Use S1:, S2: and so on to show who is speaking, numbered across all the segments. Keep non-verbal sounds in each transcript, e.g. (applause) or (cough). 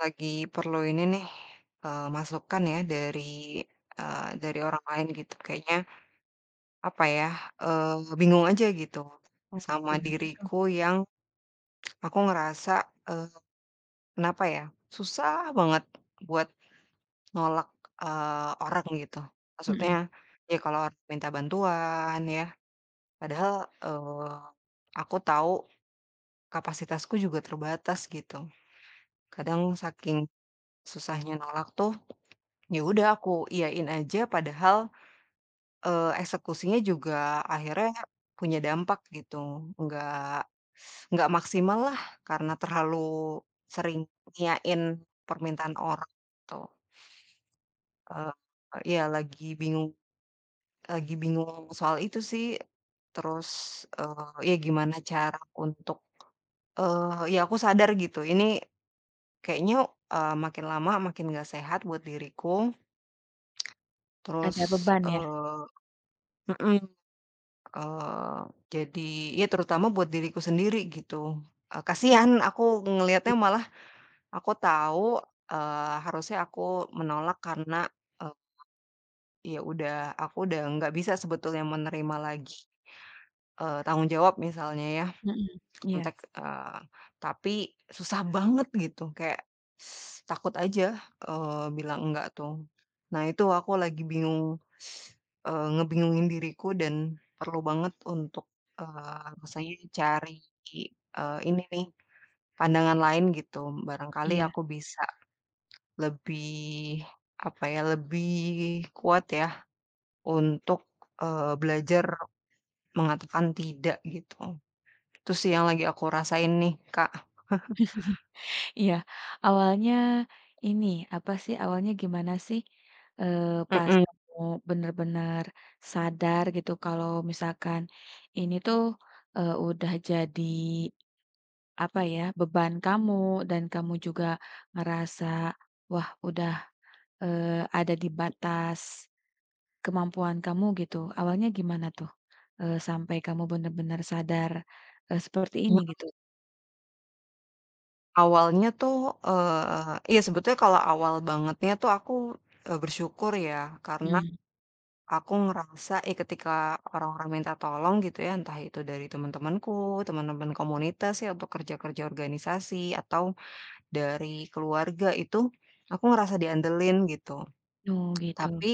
S1: Lagi perlu ini nih, masukan ya dari, dari orang lain gitu. Kayaknya apa ya, bingung aja gitu
S2: Oh,
S1: sama
S2: kenapa tuh?
S1: diriku yang aku ngerasa, eee, kenapa ya, susah banget buat nolak, orang gitu. Maksudnya,
S2: Mhm,
S1: ya kalau orang minta bantuan ya, padahal, eee, aku tahu kapasitasku juga terbatas gitu. Kadang saking susahnya nolak tuh ya udah aku iyain aja padahal, eksekusinya juga akhirnya punya dampak gitu, nggak nggak maksimal lah karena terlalu sering ngiyain permintaan orang gitu, eee, iya lagi bingung soal itu sih, terus, ya gimana cara untuk, ya aku sadar gitu ini kayaknya, makin lama makin nggak sehat buat diriku
S2: ada
S1: terus,
S2: beban ya?
S1: eee mhm. Eee, jadi ya terutama buat diriku sendiri gitu, kasihan aku
S2: I
S1: ngelihatnya malah aku tahu, harusnya aku menolak karena, eee, ya udah aku udah nggak bisa sebetulnya menerima lagi, tanggung jawab misalnya ya.
S2: mhm, iya
S1: Entek tapi susah banget gitu kayak takut aja, bilang enggak tuh. Nah itu aku lagi bingung, ngebingungin diriku dan perlu banget untuk, rasanya cari, ini nih pandangan lain gitu. Barangkali
S2: iya
S1: aku bisa lebih, apa ya, lebih kuat ya untuk, belajar mengatakan tidak gitu. Itu sih yang lagi aku rasain nih, Kak.
S2: iya. Awalnya ini, apa sih, awalnya gimana sih, pas
S1: Mhm.
S2: kamu bener-bener sadar gitu kalau misalkan ini tuh, udah jadi, apa ya, beban kamu dan kamu juga ngerasa, wah udah, ada di batas kemampuan kamu gitu, awalnya gimana tuh? Sampai kamu bener-bener sadar, seperti ini gitu?
S1: Awalnya tuh, iya sebetulnya kalau awal bangetnya tuh aku, bersyukur ya karena
S2: Mhm.
S1: aku ngerasa, eh, ketika orang-orang minta tolong gitu ya, entah itu dari teman-temanku, teman-teman komunitas ya untuk kerja-kerja organisasi atau dari keluarga itu, aku ngerasa diandelin gitu.
S2: Oh gitu.
S1: Tapi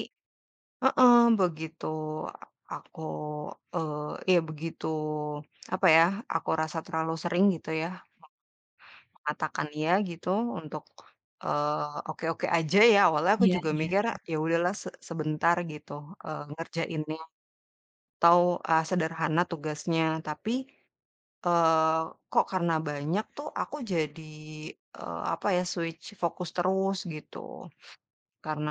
S1: heeh, begitu aku, ya begitu apa ya, aku rasa terlalu sering gitu ya, katakan iya gitu untuk, eee, oke-oke aja ya awalnya aku
S2: Iya
S1: juga
S2: iya
S1: mikir ya udahlah sebentar gitu, ngerjainnya atau, sederhana tugasnya tapi, eee, kok karena banyak tuh aku jadi, apa ya switch fokus terus gitu karena,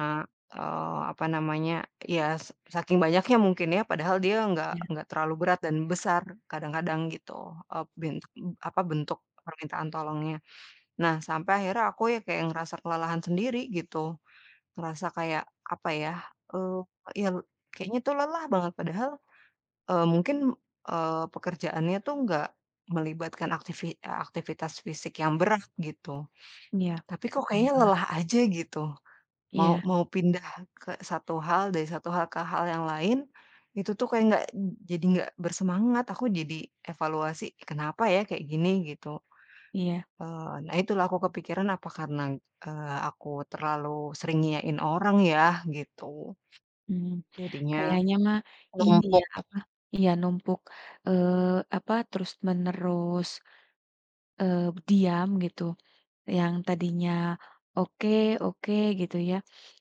S1: apa namanya ya s saking banyaknya mungkin ya padahal dia nggak
S2: iya.
S1: nggak terlalu berat dan besar kadang-kadang gitu, eee, bent bentuk permintaan tolongnya. Nah, sampai akhirnya aku ya kayak ngerasa kelelahan sendiri gitu, ngerasa kayak apa ya, eee, ya kayaknya tuh lelah banget padahal, mungkin, pekerjaannya tuh nggak melibatkan aktivitas fisik yang berat gitu,
S2: Iya,
S1: tapi kok
S2: paham
S1: kayaknya
S2: Kak.
S1: lelah aja gitu. Mau
S2: Iya
S1: mau pindah ke satu hal dari satu hal ke hal yang lain, itu tuh kayak nggak jadi nggak bersemangat, aku jadi evaluasi, "Kenapa ya kayak gini?" Gitu.
S2: iya,
S1: Nah itulah aku kepikiran apa karena, aku terlalu sering ngiyain orang ya gitu,
S2: mhm.
S1: jadinya
S2: Kayaknya mah ini ya,
S1: numpuk.
S2: apa, iya numpuk, apa, terus-menerus, eee, diam gitu, yang tadinya oke oke gitu ya,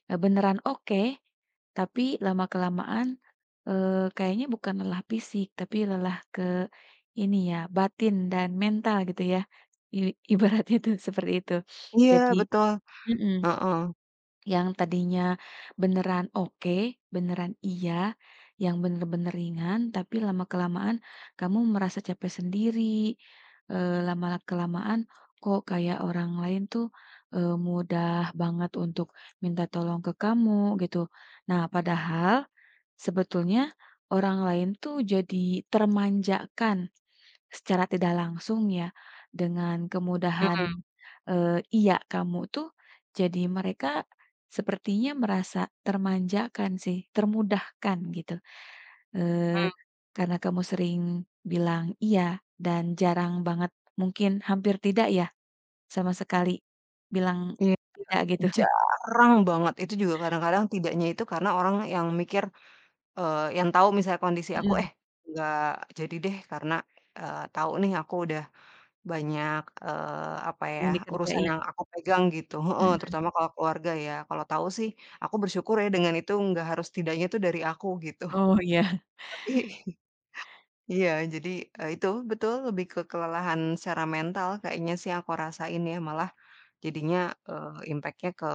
S2: beneran oke, tapi lama kelamaan, kayaknya bukan lelah fisik, tapi lelah ke ini ya, batin dan mental gitu ya, i ibaratnya tuh seperti itu.
S1: Iya
S2: Jadi
S1: betul,
S2: mhm,
S1: heeh,
S2: yang tadinya beneran oke, beneran iya, yang bener-bener ringan, tapi lama-kelamaan kamu merasa capek sendiri, lama-kelamaan kok kayak orang lain tuh, mudah banget untuk minta tolong ke kamu gitu. Nah, padahal sebetulnya orang lain tuh jadi termanjakan secara tidak langsung ya, dengan kemudahan,
S1: mhm
S2: iya kamu tuh, jadi mereka sepertinya merasa termanjakan sih, termudahkan gitu, eee,
S1: mhm,
S2: karena kamu sering bilang iya dan jarang banget, mungkin hampir tidak ya, sama sekali bilang
S1: iya,
S2: tidak gitu? (laughs)
S1: jarang banget, itu juga kadang-kadang tidaknya itu karena orang yang mikir, yang tahu misalnya kondisi aku,
S2: Mhm,
S1: "Eh, nggak jadi deh," karena, tahu nih aku udah banyak, apa ya,
S2: yang
S1: urusan
S2: dikerjain,
S1: yang aku pegang gitu heeh,
S2: mhm.
S1: terutama kalau keluarga ya. Kalau tahu sih, aku bersyukur ya dengan itu nggak harus tidaknya itu dari aku gitu.
S2: Oh iya,
S1: (laughs) Tapi iya, jadi, itu betul lebih ke kelelahan secara mental kayaknya sih yang aku rasain ya, malah jadinya, impact-nya ke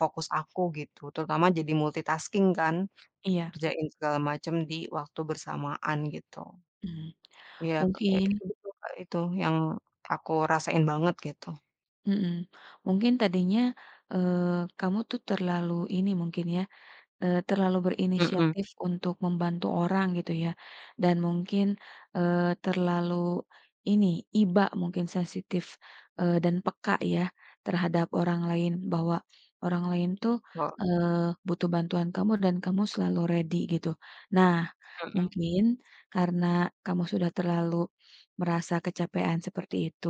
S1: fokus aku gitu, terutama jadi multitasking kan,
S2: iya,
S1: kerjain segala macam di waktu bersamaan gitu.
S2: mhm.
S1: Iya, Kak, kayak
S2: Mungkin
S1: gitu, Kak, itu yang aku rasain banget gitu.
S2: mhm. Mungkin tadinya, kamu tuh terlalu ini mungkin ya, terlalu
S1: Mhm.
S2: berinisiatif untuk membantu orang gitu ya, dan mungkin, terlalu ini, iba mungkin sensitif, dan peka ya terhadap orang lain, bahwa orang lain tuh,
S1: Wa
S2: butuh bantuan kamu dan kamu selalu ready gitu. Nah,
S1: Mhm
S2: mungkin karena kamu sudah terlalu merasa kecapean seperti itu,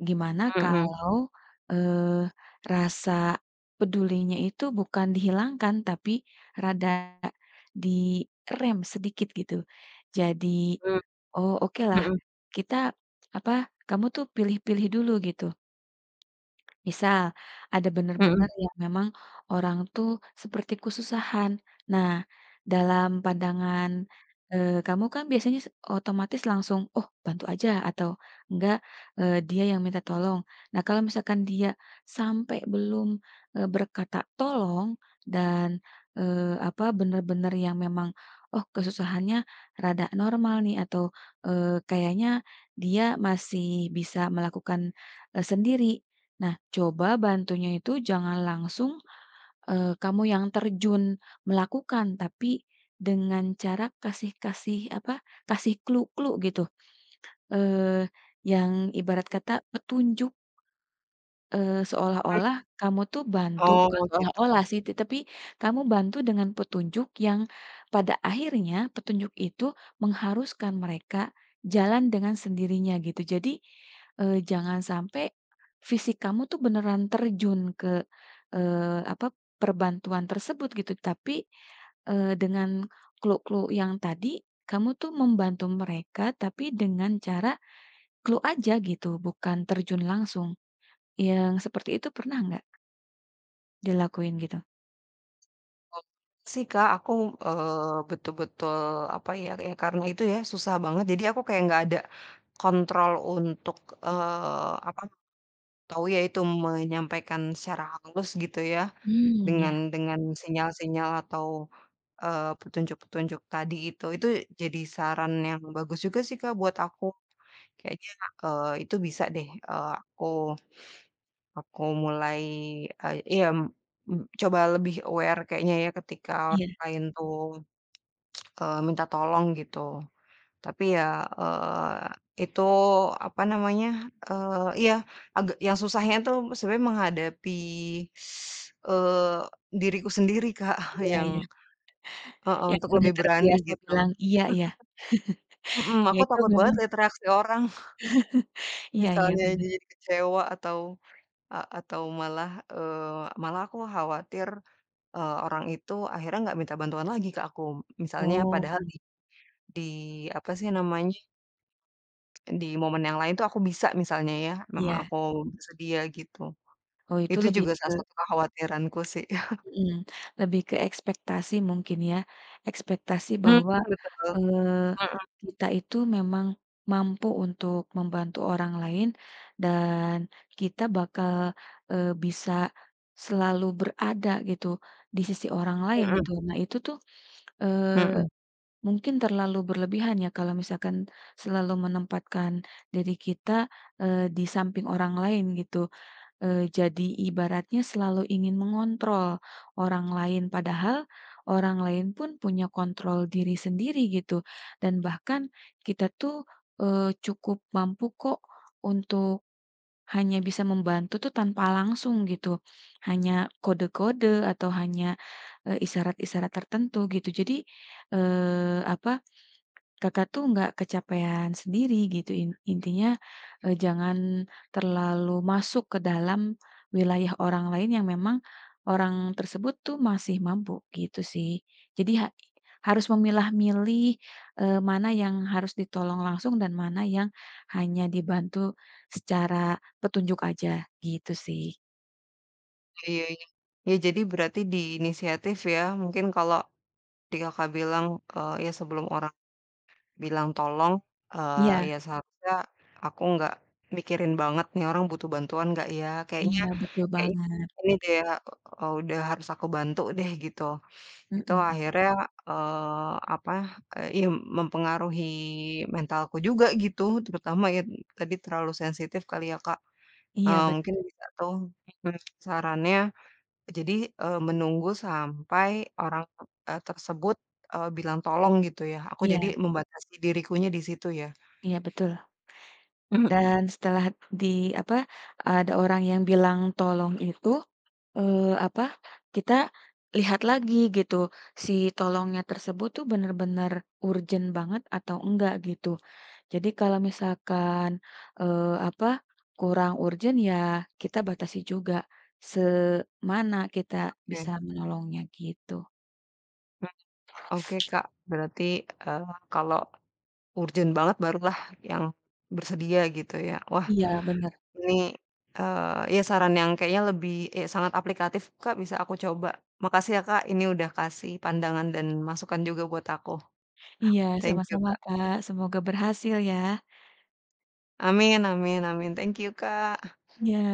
S2: gimana
S1: mhm,
S2: kalau, eee, rasa pedulinya itu bukan dihilangkan, tapi rada direm sedikit gitu. Jadi,
S1: mmm,
S2: oh oke lah
S1: mhm
S2: kita, apa, kamu tuh pilih-pilih dulu gitu, misal, ada
S1: mhm,
S2: benar-benar yang memang orang tuh seperti kesusahan. Nah, dalam pandangan, kamu kan biasanya otomatis langsung, "Oh, bantu aja," atau enggak, "Dia yang minta tolong." Nah, kalau misalkan dia sampai belum, berkata tolong dan, apa, benar-benar yang memang, oh, kesusahannya rada normal nih atau, kayaknya dia masih bisa melakukan, sendiri. Nah, coba bantunya itu jangan langsung, kamu yang terjun melakukan, tapi dengan cara kasih kasih, apa, kasih clue-clue gitu, eee, yang ibarat kata petunjuk.
S1: mmm,
S2: Seolah-olah kamu tuh bantu bukan
S1: oh gitu.
S2: seolah-olah sih, tapi kamu bantu dengan petunjuk yang pada akhirnya petunjuk itu mengharuskan mereka jalan dengan sendirinya gitu. Jadi, jangan sampai fisik kamu tuh beneran terjun ke, apa, perbantuan tersebut gitu, tapi, dengan clue-clue yang tadi, kamu tuh membantu mereka tapi dengan cara clue aja gitu, bukan terjun langsung. Yang seperti itu pernah nggak dilakuin gitu?
S1: Sih Kak, aku, betul-betul apa ya, ya karena itu ya susah banget jadi aku kayak nggak ada kontrol untuk, apa, tahu ya itu menyampaikan secara halus gitu ya
S2: Mmm,
S1: dengan
S2: ya,
S1: dengan sinyal-sinyal atau, petunjuk-petunjuk tadi itu. Itu jadi saran yang bagus juga sih Kak buat aku. Kayaknya, itu bisa deh, eee, aku mulai, iya, mmm, coba lebih aware kayaknya ya ketika orang
S2: iya
S1: lain tuh, minta tolong gitu. Tapi ya, itu apa namanya, iya agak yang susahnya tuh sebenarnya menghadapi, eee, diriku sendiri Kak (laughs)
S2: iya iya,
S1: yang heeh,
S2: yang
S1: untuk
S2: udah
S1: lebih berani
S2: terbiasa
S1: gitu.
S2: bilang iya ya,
S1: Mhm,
S2: ya
S1: aku
S2: itu
S1: takut banget
S2: memang
S1: lihat reaksi orang (laughs)
S2: iya iya
S1: misalnya
S2: bener.
S1: jadi kecewa atau atau malah, malah aku khawatir orang itu akhirnya nggak minta bantuan lagi ke aku. Misalnya
S2: Oh,
S1: padahal di apa sih namanya, di momen yang lain tuh aku bisa misalnya ya, memang
S2: iya.
S1: aku bersedia gitu.
S2: Oh itu
S1: Itu
S2: lebih
S1: juga
S2: ke
S1: salah satu kekhawatiranku sih.
S2: mhm, lebih ke ekspektasi mungkin ya, ekspektasi
S1: Mhm,
S2: bahwa,
S1: (laughs) betul.
S2: eee,
S1: Mhm
S2: kita itu memang mampu untuk membantu orang lain dan kita bakal, bisa selalu berada gitu, di sisi orang lain
S1: mhm
S2: gitu. Nah itu tuh, eee,
S1: mhm.
S2: mungkin terlalu berlebihan ya kalau misalkan selalu menempatkan diri kita, di samping orang lain gitu, jadi ibaratnya selalu ingin mengontrol orang lain, padahal orang lain pun punya kontrol diri sendiri gitu, dan bahkan kita tuh, cukup mampu kok untuk hanya bisa membantu tuh tanpa langsung gitu, hanya kode-kode atau hanya, isyarat-isyarat tertentu gitu. Jadi, apa Kakak tuh nggak kecapean sendiri gitu intinya, jangan terlalu masuk ke dalam wilayah orang lain yang memang orang tersebut tuh masih mampu gitu sih. Jadi harus memilah-milih, mana yang harus ditolong langsung dan mana yang hanya dibantu secara petunjuk aja gitu sih.
S1: Iya iya. Ya jadi berarti di inisiatif ya, mungkin kalau di Kakak bilang, ya sebelum orang bilang tolong,
S2: Iya
S1: ya seharusnya aku nggak mikirin banget, "Nih orang butuh bantuan nggak ya?" Kayaknya
S2: iya betul
S1: kayaknya
S2: banget,
S1: ini deh, udah harus aku bantu deh gitu. Itu
S2: mhm,
S1: akhirnya, eee, apa, iya mempengaruhi mentalku juga gitu, terutama ya tadi terlalu sensitif kali ya, Kak.
S2: iya betul.
S1: Mungkin bisa tuh mhm, sarannya jadi, menunggu sampai orang, tersebut, bilang tolong gitu ya? Aku
S2: Iya
S1: jadi membatasi dirikunya di situ ya?
S2: iya betul.
S1: Mhm,
S2: Dan setelah di apa, ada orang yang bilang tolong itu, apa, kita lihat lagi gitu, si tolongnya tersebut tuh bener-bener urgent banget atau enggak gitu. Jadi kalau misalkan, apa, kurang urgent ya kita batasi juga, semana kita
S1: oke.
S2: bisa menolongnya gitu.
S1: Mmm, oke, Kak, berarti, eee, kalau urgent banget barulah yang bersedia gitu ya? Wah
S2: Iya bener,
S1: ini, ya saran yang kayaknya lebih ya sangat aplikatif, Kak, bisa aku coba. Makasih ya, Kak, ini udah kasih pandangan dan masukan juga buat aku.
S2: iya
S1: Thank you,
S2: sama-sama
S1: Kak.
S2: Kak, semoga berhasil ya.
S1: Amin amin amin. Thank you, Kak.
S2: Iya.